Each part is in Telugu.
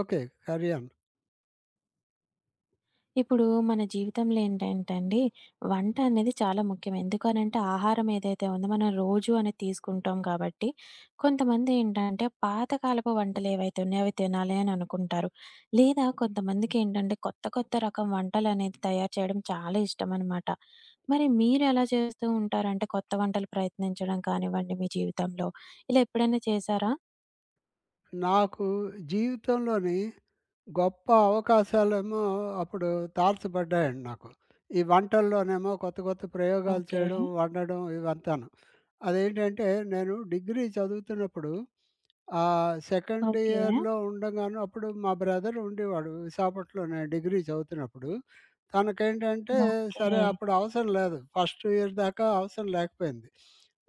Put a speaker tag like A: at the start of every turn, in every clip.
A: ఓకే. Carry on.
B: ఇప్పుడు మన జీవితంలో ఏంటంటే అండి, వంట అనేది చాలా ముఖ్యం. ఎందుకనంటే ఆహారం ఏదైతే ఉందో మనం రోజు అనేది తీసుకుంటాం కాబట్టి, కొంతమంది ఏంటంటే పాతకాలపు వంటలు ఏవైతే ఉన్నాయో అవి తినాలి అని అనుకుంటారు. లేదా కొంతమందికి ఏంటంటే కొత్త కొత్త రకం వంటలనేది తయారు చేయడం చాలా ఇష్టమనమాట. మరి మీరెలా చేస్తూ ఉంటారంటే కొత్త వంటలు ప్రయత్నించడం కానివ్వండి మీ జీవితంలో, ఇలా ఎప్పుడైనా చేశారా?
A: నాకు జీవితంలోని గొప్ప అవకాశాలేమో అప్పుడు తారసపడ్డాయండి నాకు. ఈ వంటల్లోనేమో కొత్త కొత్త ప్రయోగాలు
B: ఓకే.
A: చేయడం, వండడం ఇవంతాను. అదేంటంటే నేను డిగ్రీ చదువుతున్నప్పుడు సెకండ్
B: ఓకే.
A: ఇయర్‌లో ఉండంగాను అప్పుడు మా బ్రదర్ ఉండేవాడు విశాఖపట్నంలో నేను డిగ్రీ చదువుతున్నప్పుడు. తనకేంటంటే
B: ఓకే.
A: సరే అప్పుడు అవసరం లేదు. ఫస్ట్ ఇయర్ దాకా అవసరం లేకపోయింది.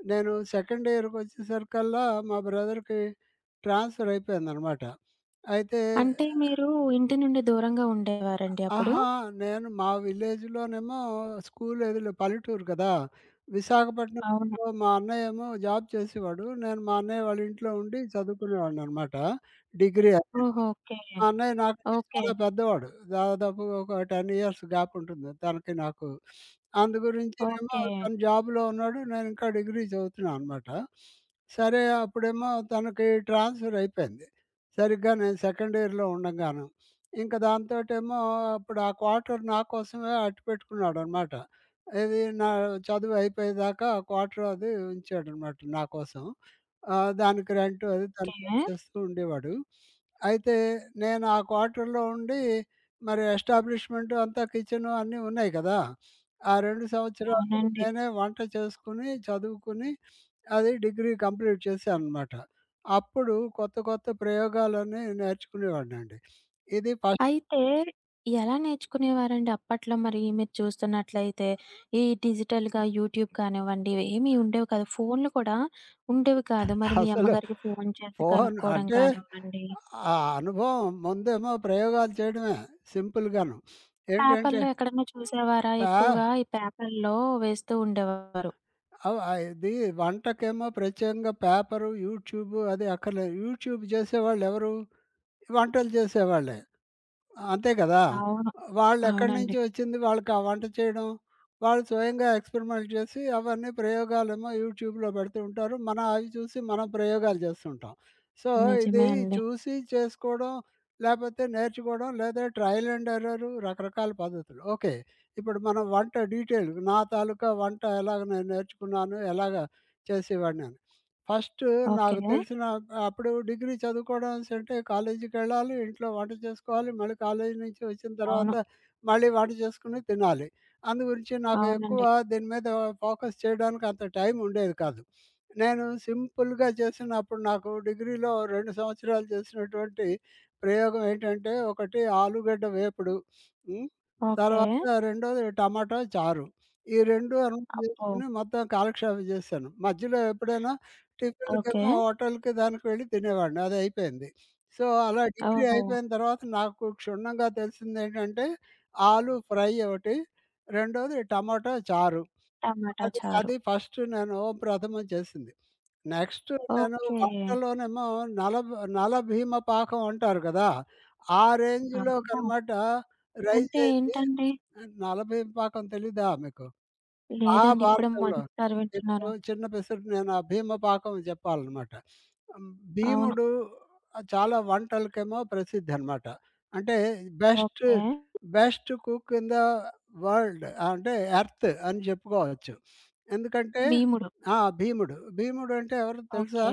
A: నేను సెకండ్ ఇయర్‌కి వచ్చేసరికల్లా మా బ్రదర్‌కి ట్రాన్స్‌ఫర్ అయిపోయిందనమాట. అయితే
B: అంటే మీరు ఇంటి నుండి దూరంగా ఉండేవారండి అప్పుడు?
A: ఆహా! నేను మా విలేజ్‌లోనేమో స్కూల్ ఎదురు పల్లెటూరు కదా!
B: అవును.
A: విశాఖపట్నంలో మా అన్నయ్య ఏమో జాబ్ చేసేవాడు. నేను మా అన్నయ్య వాళ్ళ ఇంట్లో ఉండి చదువుకునేవాడిననమాట. డిగ్రీ అదీను.
B: ఓహో! ఓకే.
A: మా అన్నయ్య నాకంటే
B: ఓకే.
A: చాలా పెద్దవాడు. దాదాపు ఒక 10 ఇయర్స్ గ్యాప్ ఉంటుంది తనకి నాకు. అందు గురించినేమో
B: ఓకే.
A: తను జాబ్‌లో ఉన్నాడు. నేను ఇంకా డిగ్రీ చదువుతున్నాననమాట. సరే అప్పుడేమో తనకి ట్రాన్స్‌ఫర్ అయిపోయింది. సరిగ్గా నేను సెకండ్ ఇయర్‌లో ఉండంగాను. ఇంక దాంతోటేమో అప్పుడు ఆ క్వార్టర్ నా కోసమే అట్టు పెట్టుకున్నాడనమాట. ఏది నా చదువు అయిపోయేదాకా ఆ క్వార్టర్ అది ఉంచాడనమాట నా కోసం. దానికి రెంట్ అది తను
B: ఓకే.
A: పే చేస్తూ ఉండేవాడు. అయితే నేను ఆ క్వార్టర్‌లో ఉండి మరి ఎస్టాబ్లిష్‌మెంట్ అంతా కిచెను అన్నీ ఉన్నాయి కదా! ఆ 2 సంవత్సరాలు
B: అవునండి.
A: నేనే వంట చేసుకొని, చదువుకొని అది డిగ్రీ కంప్లీట్ చేశాననమాట. అప్పుడు కొత్త కొత్త ప్రయోగాలన్నీ నేర్చుకునేవాడినండి. ఇది ఫస్ట్.
B: అయితే ఎలా నేర్చుకునేవారండి అప్పట్లో మరి మీరు చూస్తున్నట్లయితే ఈ డిజిటల్‌గా యూట్యూబ్ కానివ్వండి, ఏమి ఉండేవి కాదు. ఫోన్‌లు కూడా ఉండేవి కాదు. మరి మీ
A: అసలు
B: అమ్మగారికి ఫోన్ చేసి
A: ఫోన్
B: కనుక్కోవడం
A: అంటే
B: కానివ్వండి,
A: ఆ అనుభవం ముందేమో ప్రయోగాలు చేయడమే సింపుల్‌గాను. ఏంటంటే
B: పేపర్‌లో ఎక్కడన్నా చూసేవారా?
A: పా
B: ఎక్కువగా ఈ పేపర్‌లో వేస్తూ ఉండేవారు.
A: ఇది వంటకేమో ప్రత్యేకంగా పేపరు, యూట్యూబు అది అక్కర్లేదు. యూట్యూబ్ చేసేవాళ్ళెవరు? వంటలు చేసేవాళ్ళే. అంతే కదా!
B: అవును.
A: వాళ్ళెక్కడి
B: అవునండి.
A: నుంచి వచ్చింది వాళ్ళకా వంట చేయడం. వాళ్ళు స్వయంగా ఎక్స్పెరిమెంట్ చేసి అవన్నీ ప్రయోగాలేమో యూట్యూబ్‌లో పెడుతూ ఉంటారు. మనం అవి చూసి మనం ప్రయోగాలు చేస్తుంటాం. సో, ఇది
B: నిజమే అండి.
A: చూసి చేసుకోవడం, లేపోతే నేర్చుకోవడం, లేదా ట్రయల్ అండ్ ఎర్రర్ రకరకాల పద్ధతులు. ఓకే. ఇప్పుడు మనం వంట డీటెయిల్ నా తాలూకా వంట ఎలాగ నేను నేర్చుకున్నాను, ఎలాగ చేసేవాడినని. First
B: okay.
A: నాకు తెలిసిన అప్పుడు డిగ్రీ చదువుకోవడం అంటే కాలేజీకెళ్ళాలి, ఇంట్లో వంట చేసుకోవాలి, మళ్ళీ కాలేజీ నుంచి వచ్చిన తర్వాత
B: అవును.
A: మళ్ళీ వంట చేసుకొని తినాలి. అందు గురించి నాకు ఎక్కువ
B: అవునండి.
A: దీని మీద ఫోకస్ చేయడానికి అంత టైం ఉండేది కాదు. నేను సింపుల్‌గా చేసినప్పుడు నాకు డిగ్రీలో 2 సంవత్సరాలు చేసినటువంటి ప్రయోగం ఏంటంటే, ఒకటి ఆలుగడ్డ వేపుడు. హ్మ్.
B: ఓకే.
A: తర్వాత రెండోది టమాటా చారు. ఈ 2 అన్నీ
B: అబ్బో!
A: చేసుకొని మొత్తం కాలక్షేపం చేశాను. మధ్యలో ఎప్పుడైనా
B: ఓకే.
A: టిఫిన్‌లకేమో హోటల్‌కి దానికి వెళ్ళి తినేవాడిని. అదయిపోయింది. సో, అలా డిగ్రీ
B: ఓహో!
A: అయిపోయిన తర్వాత నాకు క్షుణ్ణంగా తెలిసిందేంటంటే, ఆలు ఫ్రై ఒకటి, రెండోది టమాటా చారు.
B: టమాటా
A: అది
B: చారు.
A: అది ఫస్ట్ నేను ప్రథమం చేసింది. నెక్స్ట్ నేను
B: ఓకే.
A: వంటలోనేమో నల నలభీమ పాకం అంటారు కదా! ఆ
B: అమ్మో!
A: రేంజ్‌లోకనమాట
B: అంటే
A: రైజయింది.
B: ఏంటండి?
A: నలభీమ పాకం తెలీదా మీకు? ఆ!
B: లేదండి. ఇప్పుడే
A: భారతంలో.
B: మొదటిసారి
A: ఇప్పుడు
B: వింటున్నాను.
A: చిన్న పిసరు నేను ఆ భీమ పాకం జెప్పాలనమాట. హ్మ్.
B: అవును.
A: భీముడు చాలా వంటలకేమో ప్రసిద్ధనమాట. అంటే best,
B: okay.
A: Best cook in the world అంటే ఎర్త్ అని జెప్పుకోవచ్చు. ఎందుకంటే
B: భీముడు.
A: ఆ! భీముడు. భీముడంటే ఎవరో తెలుసా?
B: ఓకే.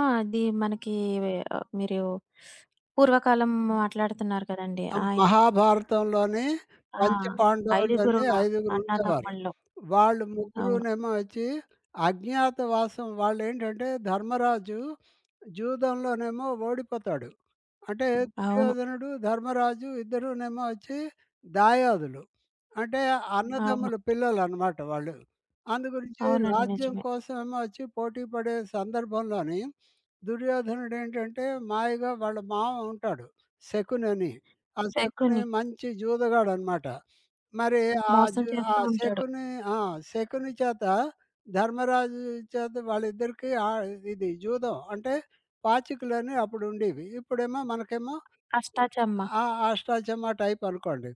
B: ఆ! అది మనకి మీరు పూర్వకాలం మాట్లాడుతున్నారు కదండీ!
A: ఆ!
B: ఆయన.
A: మహాభారతంలోని
B: ఆ! ఐదుగురు
A: పంచపాండవులని ఐదుగురు ఉండేవారు.
B: అన్నాతమ్ముల్లో.
A: వాళ్ళు
B: అవును.
A: ముగ్గురునేమో వచ్చి అజ్ఞాతవాసం వాళ్ళేంటంటే ధర్మరాజు జూదంలోనేమో ఓడిపోతాడు. అంటే
B: అవును.
A: దుర్యోధనుడు, ధర్మరాజు ఇద్దరూనేమో వచ్చి దాయాదులు. అంటే
B: అవును.
A: అన్నదమ్ముల పిల్లలనమాట వాళ్ళు. అందు గురించి
B: అవునండి.
A: రాజ్యం
B: నిజమే.
A: కోసమేమో వచ్చి పోటీ పడే సందర్భంలోని దుర్యోధనుడేంటంటే మాయగా వాళ్ళ మామ ఉంటాడు శకునని. ఆ శకుని
B: శకుని
A: మంచి జూదగాడనమాట. మరి ఆ
B: మోసం
A: జు ఆ
B: చేస్తూ ఉంటాడు.
A: శకుని ఆ! శకుని చేత, ధర్మరాజు చేత వాళ్ళిద్దరికీ ఇది జూదం అంటే పాచికలని అప్పుడుండేవి. ఇప్పుడేమో మనకేమో
B: అష్టాచమ్మ.
A: ఆ! అష్టాచెమ్మా టైపనుకోండి.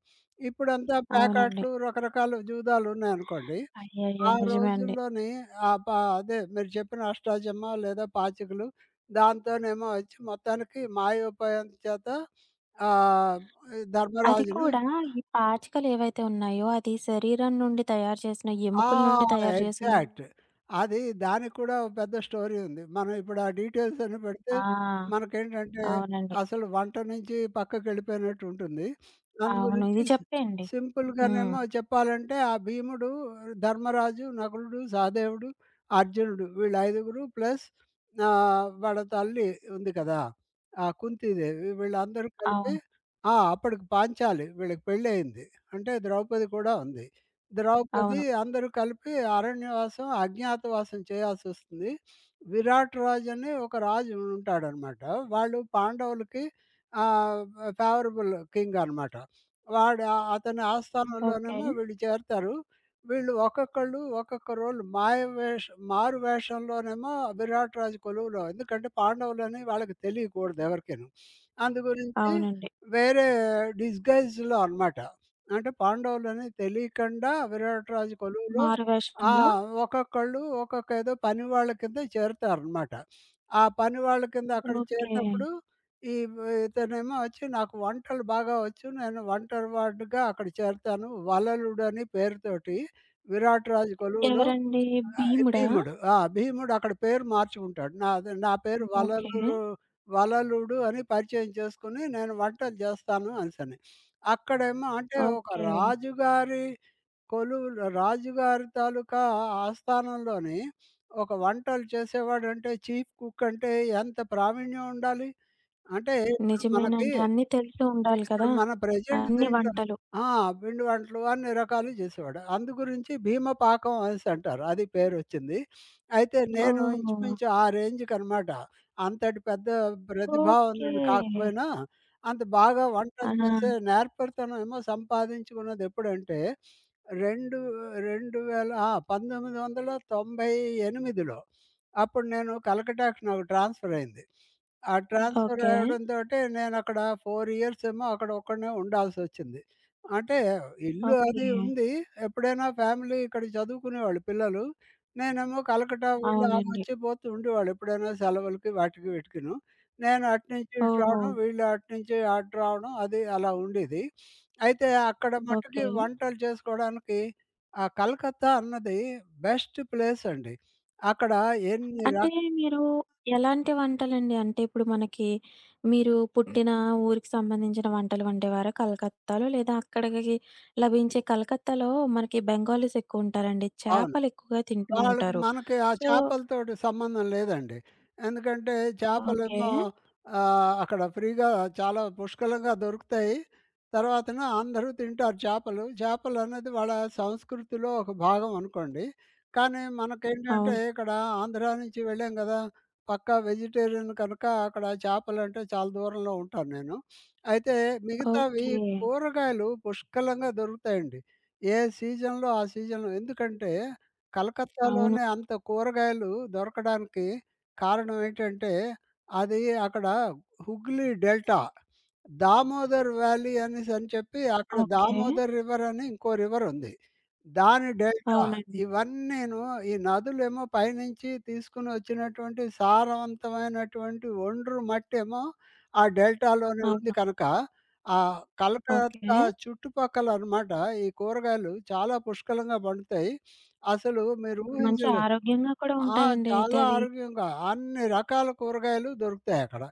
A: ఇప్పుడంతా
B: అవునండి.
A: ప్యాకాట్లు, రకరకాల జూదాలున్నాయనుకోండి.
B: అయ్యయ్యో!
A: ఆ
B: నిజమే అండి.
A: రోజుల్లోని ఆహ్, ప అదే మీరు చెప్పిన అష్టాచెమ్మా లేదా పాచికలు దాంతోనేమో వచ్చి మొత్తానికి మాయోపాయం చేత ఆహ్,
B: అది
A: ధర్మరాజుని
B: కూడా ఈ పాచికలేవైతే ఉన్నాయో, అది శరీరం నుండి తయారు చేసిన
A: ఆ!
B: ఎముకల నుండి తయారు చేసిన
A: ఎగ్జాక్ట్. అది దానికి కూడా ఓ పెద్ద స్టోరీ ఉంది. మనం ఇప్పుడు ఆ డీటెయిల్స్ అన్ని పెడితే
B: ఆ!
A: మనకేంటంటే
B: అవునండి.
A: అసలు వంట నుంచి పక్కకెళ్ళిపోయినట్టు ఉంటుంది. అందు
B: అవును.
A: గురించి
B: ఇది చెప్పేయండి. హ్మ్.
A: సింపుల్‌గానేమో చెప్పాలంటే ఆ భీముడు, ధర్మరాజు, నకులుడు, సహదేవుడు, అర్జునుడు వీళ్ళు ఐదుగురు ప్లస్ వాళ్ళ తల్లి ఉంది కదా! ఆ కుంతీదేవి వీళ్ళందరూ కలిపి
B: అవును.
A: ఆ! అప్పటికి పాంచాలి వీళ్ళకి పెళ్ళయింది. అంటే ద్రౌపది కూడా ఉంది. ద్రౌపది
B: అవును.
A: అందరూ కలిపి అరణ్యవాసం, అజ్ఞాతవాసం చేయాల్సొస్తుంది. విరాట్ రాజు అని ఒక రాజు ఉంటాడనమాట. వాళ్ళు పాండవులకి ఆహ్, ఫేవరబుల్ కింగ్ అనమాట. వాడు అతని
B: ఓకే.
A: ఆస్థానంలోనేమో వీళ్ళు చేరతారు. వీళ్ళు ఒక్కొక్కళ్ళు ఒక్కొక్క రోల్ మాయ వేష్ మారు వేషంలోనేమో విరాట్ రాజు కొలువులో ఎందుకంటే పాండవులని వాళ్ళకి తెలియకూడదు ఎవరికీను. అందు గురించి
B: అవునండి.
A: వేరే డిస్‌గైజ్‌లో అనమాట. అంటే పాండవులని తెలియకుండా విరాట్ రాజు కొలువులో ఆ!
B: మారువేషంలో
A: ఒక్కొక్కళ్ళు ఒక్కొక్క ఏదో పని వాళ్ళ కింద చేరతారనమాట. ఆ పని వాళ్ళ కింద అక్కడ
B: ఓకే.
A: చేరినప్పుడు ఈ ఇతనేమో వచ్చి నాకు వంటలు బాగా వచ్చు. నేను వంటరివాడిగా అక్కడ చేరతాను. వలలుడని పేరుతోటి విరాట్ రాజు కొలువులో
B: ఎవరండి? భీముడా?
A: భీముడు. ఆ! భీముడు అక్కడ పేరు మార్చుకుంటాడు. నాది నా పేరు
B: ఓకే.
A: వలలూరు వలలుడు అని పరిచయం చేసుకొని నేను వంటలు చేస్తాను అనేసని. అక్కడేమో అంటే ఒక
B: ఓకే.
A: రాజుగారి కొలువులో రాజుగారి తాలూకా ఆస్థానంలోని ఒక వంటలు చేసేవాడంటే చీఫ్ కుక్ అంటే ఎంత ప్రావీణ్యం ఉండాలి? అంటే ఇప్పుడు మనకి
B: నిజమేనండి. అన్నీ తెలిసి ఉండాలి
A: ఇప్పుడు
B: కదా!
A: మన ప్రెజెంట్
B: అన్ని
A: దీంట్లో
B: వంటలు.
A: ఆ! పిండి వంటలు అన్ని రకాలు చేసేవాడు. అందు గురించి భీమ పాకం అనేసి అంటారు. అది పేరొచ్చింది. అయితే నేను
B: ఓహో!
A: ఇంచుమించు ఆ రేంజ్‌కనమాట. అంతటి పెద్ద
B: ఓకే.
A: ప్రతిభావంతుడిని కాకపోయినా, అంత బాగా
B: ఆ!
A: వంటలు చేసే నేర్పరితనం ఏమో సంపాదించుకున్నది ఎప్పుడంటే, రెండు రెండు వేల ఆ! 1998లో అప్పుడు నేను కలకట్టాకి నాకు ట్రాన్స్‌ఫర్ అయింది. ఆ ట్రాన్స్‌ఫర్
B: ఓకే.
A: అవ్వడంతోటి నేనక్కడ 4 ఇయర్స్ ఏమో అక్కడ ఒక్కడినే ఉండాల్సొచ్చింది. అంటే ఇల్లు
B: ఓకే.
A: అది ఉంది. ఎప్పుడైనా ఫ్యామిలీ ఇక్కడ చదువుకునేవాళ్ళు పిల్లలు. నేనేమో కలకట్టా వీళ్ళు ఆ
B: అవునండి.
A: వచ్చి పోతూ ఉండేవాళ్ళు ఎప్పుడైనా సెలవులకి వాటికి వీటికిను. నేను అటు నుంచి ఇటు
B: ఓహో!
A: రావడం, వీళ్ళు అటు నుంచి అటు రావడం అది అలా ఉండేది. అయితే అక్కడ మట్టుకి
B: ఓకే.
A: వంటలు చేసుకోవడానికి ఆ కలకత్తా అన్నది బెస్ట్ ప్లేస్ అండి. అక్కడ ఎన్ని
B: అంటే
A: రక్
B: మీరు ఎలాంటి వంటలండి? అంటే ఇప్పుడు మనకి మీరు పుట్టిన ఊరికి సంబంధించిన వంటలు వండేవారా కలకత్తాలో? లేదా అక్కడికి లభించే కలకత్తాలో మనకి బెంగాలీస్ ఎక్కువుంటారండి.
A: అవును.
B: చేపలు ఎక్కువగా తింటూ
A: వాళ్ళకి
B: ఉంటారు.
A: మనకి ఆ
B: సో
A: చేపలతోటి సంబంధం లేదండి. ఎందుకంటే
B: ఓకే.
A: చేపలేమో అక్కడ ఫ్రీగా చాలా పుష్కలంగా దొరుకుతాయి. తర్వాతన అందరూ తింటారు చేపలు. చేపలనేది వాళ్ళ సంస్కృతిలో ఒక భాగం అనుకోండి. కానీ మనకేంటంటే
B: అవును.
A: ఇక్కడ ఆంధ్ర నుంచి వెళ్ళాం గదా! పక్కా వెజిటేరియన్ కనుక అక్కడ చేపలంటే చాలా దూరంలో ఉంటాను నేను. అయితే మిగతావి
B: ఓకే.
A: కూరగాయలు పుష్కలంగా దొరుకుతాయండి. ఏ సీజన్‌లో ఆ సీజన్‌లో ఎందుకంటే హ్మ్.
B: అవును.
A: కలకత్తాలోనే అంత కూరగాయలు దొరకడానికి కారణం ఏంటంటే, అది అక్కడ హుగ్లీ డెల్టా. దామోదర్ వ్యాలీ అనేసి అని చెప్పి అక్కడ
B: ఓకే.
A: దామోదర్ రివర్ అని ఇంకో రివర్ ఉంది. దాని డెల్టా
B: అవునండి.
A: ఇవన్నీను ఈ నదులేమో పైనుంచి తీసుకొని వచ్చినటువంటి సారవంతమైనటువంటి ఒండ్రు మట్టేమో ఆ డెల్టాలోనే ఉంది
B: అవును.
A: కనుక, ఆ కలకత్తా
B: ఓకే.
A: చుట్టుపక్కల అనమాట ఈ కూరగాయలు చాలా పుష్కలంగా పండుతాయి. అసలు మీరు
B: మంచి
A: ఊహించలే.
B: ఆరోగ్యంగా కూడా
A: ఆ!
B: ఉంటాయండి అయితే
A: చాలా
B: అవి.
A: ఆరోగ్యంగా అన్ని రకాల కూరగాయలు దొరుకుతాయక్కడ.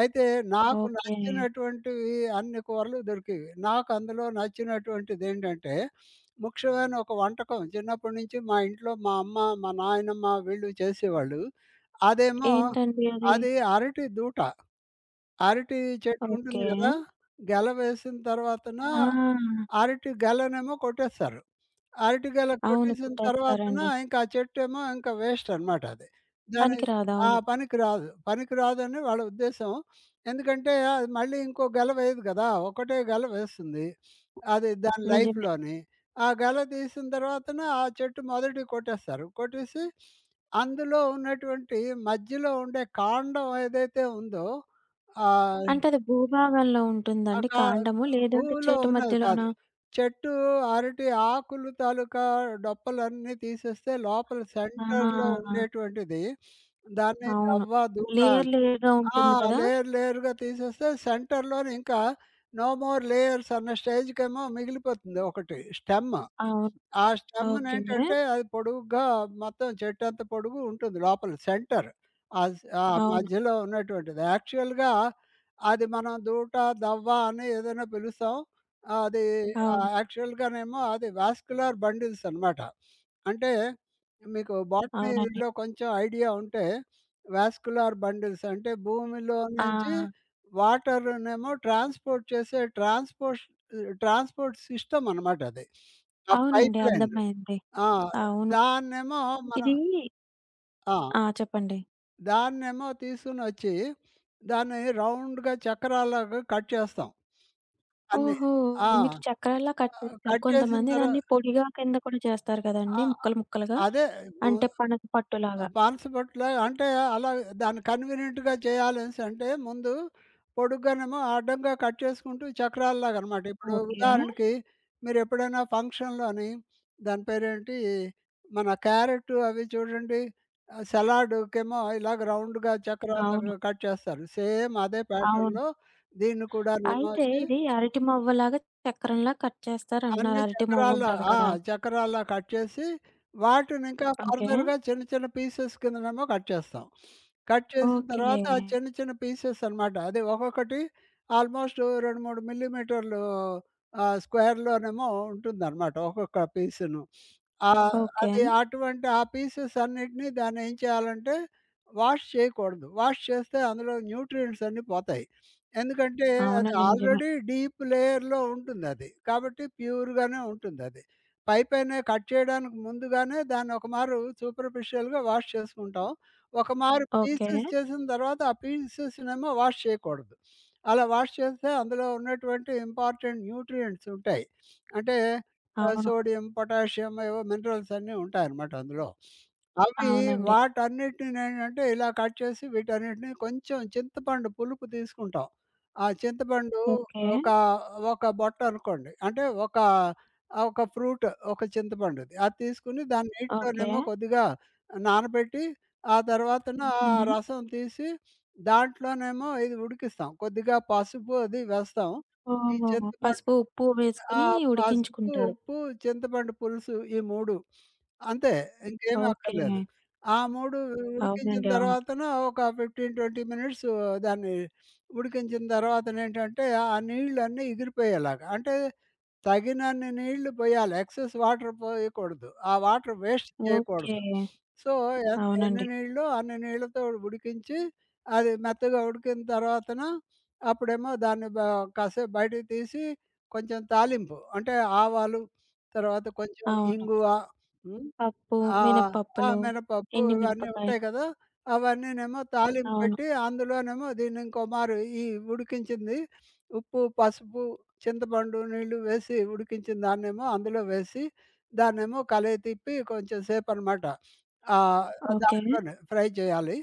A: అయితే నాకు
B: ఓకే.
A: నచ్చినటువంటివి అన్ని కూరలు దొరికేవి. నాకు అందులో నచ్చినటువంటిదేంటంటే, ముఖ్యమైన ఒక వంటకం చిన్నప్పటి నుంచి మా ఇంట్లో మా అమ్మ, మా నాయనమ్మ వీళ్ళు చేసేవాళ్ళు. అదేమో
B: ఏంటండి అది?
A: అది అరటి దూట. అరటి చెట్టు ఉంటుంది
B: ఓకే.
A: గదా! గెల వేసిన తర్వాతన
B: ఆ!
A: అరటి గెలనేమో కొట్టేస్తారు. అరటిగెల
B: అవును.
A: కొట్టేసిన తర్వాతన
B: కుట్టేస్తారండి.
A: ఇంకా ఆ చెట్టేమో ఇంకా వేస్ట్ అనమాట అది. దాని
B: పనికిరాదు.
A: ఆ!
B: అవును.
A: పనికి రాదు. పనికి రాదని వాళ్ళ ఉద్దేశం. ఎందుకంటే అది మళ్ళీ ఇంకో గెల వేయదు కదా! ఒకటే గెల వేస్తుంది. అది దాని
B: నిజమే.
A: లైఫ్‌లోని. ఆ గెల తీసిన తర్వాతన ఆ చెట్టు మొదటివి కొట్టేస్తారు. కొట్టేసి అందులో ఉన్నటువంటి మధ్యలో ఉండే కాండం ఏదైతే ఉందో ఆహ్
B: అంటే అది భూభాగంలో
A: ఆ!
B: ఉంటుందండి
A: కా
B: కాండము? లేదంటే
A: పువ్వులో
B: చెట్టు
A: ఉన్నది కాదు.
B: మధ్యలోనా?
A: చెట్టు అరటి ఆకులు తాలూకా డొప్పలన్నీ తీసేస్తే లోపల హ్మ్.
B: ఆ!
A: సెంటర్‌లో ఉండేటువంటిది దాన్ని
B: అవును.
A: తవ్వ, దూట
B: లేయర్ లేయర్‌గా
A: ఆ!
B: ఉంటుంది కదా!
A: లేయర్ లేయర్‌గా తీసేస్తే సెంటర్‌లోని ఇంకా నో మోర్ లేయర్స్ అన్న స్టేజ్‌కేమో మిగిలిపోతుంది ఒకటి స్టెమ్.
B: అవును.
A: ఆ స్టెమ్‌ని
B: ఓకే.
A: ఏంటంటే అది పొడుగ్గా మొత్తం చెట్టంతా పొడుగు ఉంటుంది లోపల సెంటర్. ఆ స్ ఆ హ్మ్.
B: అవును.
A: మధ్యలో ఉన్నటువంటిది. యాక్చువల్‌గా అది మనం దూట, దవ్వ అని ఏదైనా పిలుస్తాం. అది హ్మ్.
B: అవును.
A: యాక్చువల్‌గానేమో అది వాస్క్యులర్ బండిల్స్ అనమాట. అంటే మీకు
B: అవునండి.
A: బాటనీలో కొంచెం ఐడియా ఉంటే వాస్క్యులర్ బండిల్స్ అంటే భూమిలో హ్మ్.
B: ఆ!
A: నుంచి వాటర్‌నేమో ట్రాన్స్‌పోర్ట్ చేసే ట్రాన్స్‌పోర్ట్ ట్రాన్స్‌పోర్ట్ సిస్టమ్ అనమాట అది. ఆ
B: అవునండి.
A: పైప్‌లైన్.
B: అర్థమైంది.
A: ఆ!
B: అవును.
A: దాన్నేమో మనం
B: ఇది
A: ఆ!
B: ఆ! చెప్పండి.
A: దాన్నేమో తీసుకొనొచ్చి దాన్ని రౌండ్‌గా చక్రాల్లాగా కట్ చేస్తాం. అన్నీ.
B: ఓహో!
A: ఆ!
B: మీరు చక్రాల్లా కట్ చేస్తారు.
A: కట్ చేసిన
B: కొంతమంది
A: తర్వా
B: దాన్ని పొడిగా కింద కూడా చేస్తారు
A: ఆ!
B: కదండీ! ముక్కలు ముక్కలుగా.
A: అదే. ను
B: అంటే పనస పట్టులాగా.
A: బాన్సపట్ల అంటే అలా దాన్ని కన్వీనియంట్‌గా చేయాలనేసంటే ముందు పొడుగ్గానేమో అడ్డంగా కట్ చేసుకుంటూ చక్రాల్లాగా అనమాట. ఇప్పుడు
B: ఓకే.
A: ఉదాహరణకి మీరెప్పుడైనా ఫంక్షన్‌లోని దాని పేరేంటి మన క్యారెట్ అవి చూడండి సలాడ్‌కేమో ఇలాగ రౌండ్‌గా
B: అవును.
A: చక్రాల్లాగా కట్ చేస్తారు. సేమ్ అదే
B: అవును.
A: ప్యాటర్న్‌లో దీన్ని కూడానేమో
B: అయితే
A: వచ్చి
B: ఇది అరటి మొవ్వలాగా చక్రంలా కట్ చేస్తారంటున్నారు.
A: అన్ని
B: అరటి
A: చక్రాల్లా
B: మొవ్వుంటది
A: ఆ!
B: కదా!
A: చక్రాల్లా కట్ చేసి, వాటినింకా
B: ఓకే.
A: ఫర్దర్‌గా చిన్న చిన్న పీసెస్ కిందనేమో కట్ చేస్తాం. కట్ చేసిన
B: ఓకే.
A: తర్వాత ఆ చిన్న చిన్న పీసెస్ అనమాట. అది ఒక్కొక్కటి ఆల్మోస్ట్ 2, 3 మిల్లీమీటర్లు స్క్వేర్‌లోనేమో ఉంటుందనమాట ఒక్కొక్క పీసును.
B: ఓకే.
A: అది అటువంటి ఆ పీసెస్ అన్నిటిని దాన్నేం చేయాలంటే వాష్ చేయకూడదు. వాష్ చేస్తే అందులో న్యూట్రియంట్స్ అన్నీ పోతాయి. ఎందుకంటే అది
B: అవునండి. నిజమే.
A: ఆల్రెడీ డీప్ లేయర్‌లో ఉంటుందది. కాబట్టి ప్యూర్‌గానే ఉంటుందది. పైపైనే కట్ చేయడానికి ముందుగానే దాన్ని ఒకమారు సూపర్ఫిషియల్‌గా వాష్ చేసుకుంటాం. ఒకమారు
B: ఓకే.
A: పీసెస్ చేసిన తర్వాత ఆ పీసెస్‌నేమో వాష్ చేయకూడదు. అలా వాష్ చేస్తే అందులో ఉన్నటువంటి ఇంపార్టెంట్ న్యూట్రియంట్స్ ఉంటాయి. అంటే
B: అవును.
A: సోడియం, పొటాషియం ఏవో మినరల్స్ అన్నీ ఉంటాయన్నమాట అందులో. అవి
B: అవునండి.
A: వాటన్నిటినేంటంటే ఇలా కట్ చేసి వీటన్నిటిని కొంచెం చింతపండు పులుపు తీసుకుంటాం. ఆ చింతపండు
B: ఓకే.
A: ఒక, ఒక బొట్ట అనుకోండి. అంటే ఒక ఒక ఫ్రూట్ ఒక చింతపండుది. అది తీసుకొని దాన్ని
B: ఓకే.
A: నీటిలోనేమో కొద్దిగా నానబెట్టి, ఆ తర్వాతన ఆ
B: హ్మ్.
A: రసం తీసి దాంట్లోనేమో ఇది ఉడికిస్తాం. కొద్దిగా పసుపు అది వేస్తాం. ఈ
B: ఓహో!
A: చింతపండు
B: పసుపు, ఉప్పు
A: ఆ!
B: వేసుకొని
A: పసుపు,
B: ఉడికించుకుంటారు.
A: ఉప్పు, చింతపండు పులుసు ఈ 3 అంతే. ఇంకేమి
B: ఓకే.
A: అక్కర్లేదు. ఆ 3 ఉడికించిన
B: అవునండి. అవును.
A: తర్వాతన ఒక 15, 20 మినిట్స్ దాన్ని ఉడికించిన తర్వాతనేంటంటే, ఆ నీళ్ళన్నీ ఎగిరిపోయేలాగా అంటే తగినన్ని నీళ్లు పోయాలి. ఎక్సెస్ వాటర్ పోయకూడదు. ఆ వాటర్ వేస్ట్
B: ఓకే.
A: చేయకూడదు. సో, ఎన్ని
B: అవునండి.
A: నీళ్లో అన్ని నీళ్లతో ఉడికించి, అది మెత్తగా ఉడికిన తర్వాతన అప్పుడేమో దాన్ని కాసేపు బయటకి తీసి కొంచెం తాలింపు అంటే ఆవాలు, తర్వాత కొంచెం
B: అవును.
A: ఇంగువ. హ్మ్.
B: పప్పు,
A: ఆ! ఆ!
B: మినపప్పులు,
A: మినపప్పు
B: ఎండు
A: ఇవన్నీ
B: మిరపకాయ.
A: ఉంటాయి కదా! అవన్నీనేమో తాలింపు
B: అవును.
A: పెట్టి అందులోనేమో దీన్ని ఇంకో మారు ఈ ఉడికించింది ఉప్పు, పసుపు, చింతపండు నీళ్ళు వేసి ఉడికించిన దాన్నేమో అందులో వేసి, దాన్నేమో కలయి తిప్పి కొంచెం సేపనమాట ఆహ్,
B: ఓకే.
A: దాంట్లోనే ఫ్రై చేయాలి.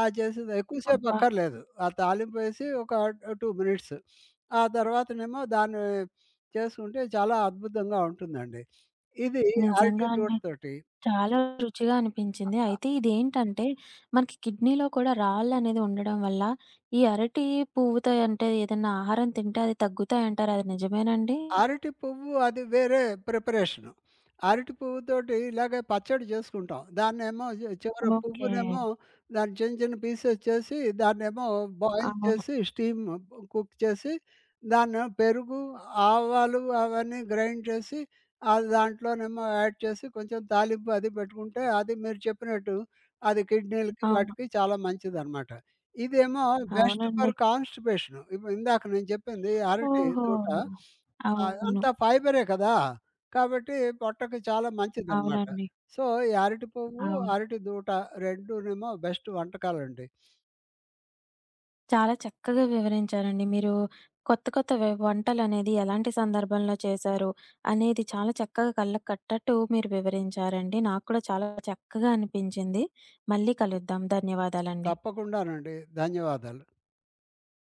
A: ఆ చేసింది ఎక్కువ సేపు
B: అబ్బా!
A: అక్కర్లేదు. ఆ తాలింపు వేసి ఒక 2 మినిట్స్. ఆ తర్వాతనేమో దాన్ని చేసుకుంటే చాలా అద్భుతంగా ఉంటుందండి. ఇది అరటి
B: నిజంగా అండి.
A: దూడతోటి.
B: చాలా రుచిగా అనిపించింది. అయితే ఇదేంటంటే, మనకి కిడ్నీలో కూడా రాళ్ళనేది ఉండడం వల్ల, ఈ అరటి పువ్వుతో అంటే ఏదన్నా ఆహారం తింటే అది తగ్గుతాయంటారు. అది నిజమేనండి?
A: అరటి పువ్వు అది వేరే ప్రిపరేషను. అరటి పువ్వుతోటి ఇలాగే పచ్చడి చేసుకుంటాం. దాన్నేమో చివర
B: ఓకే.
A: పువ్వునేమో దాన్ని చిన్న చిన్న పీసెస్ చేసి, దాన్నేమో బాయిల్
B: అవును.
A: చేసి, స్టీమ్ కుక్ చేసి, దాన్నేమో పెరుగు, ఆవాలు అవన్నీ గ్రైండ్ చేసి, అది దాంట్లోనేమో యాడ్ చేసి కొంచెం తాలింపు అది పెట్టుకుంటే, అది మీరు చెప్పినట్టు అది కిడ్నీలకి
B: అవును.
A: వాటికి చాలా మంచిదనమాట. ఇదేమో బెస్ట్
B: అవునండి.
A: For constipation. ఇప్పుడు ఇందాక నేను చెప్పింది అరటి
B: ఓహో!
A: తోట. ఆ!
B: అవును.
A: అంతా ఫైబరే కదా! కాబట్టి పొట్టకి చాలా మంచిదనమాట.
B: అవునండి.
A: సో, ఈ అరటి పువ్వు,
B: అవును.
A: అరటి దూట రెండూనేమో బెస్ట్ వంటకాలండి.
B: చాలా చక్కగా వివరించారండి. మీరు కొత్త కొత్త వంటలనేది ఎలాంటి సందర్భంలో చేశారు అనేది చాలా చక్కగా కళ్ళకి కట్టట్టు మీరు వివరించారండి. నాకు కూడా చాలా చక్కగా అనిపించింది. మళ్ళీ కలుద్దాం. ధన్యవాదాలండి.
A: తప్పకుండానండి. ధన్యవాదాలు.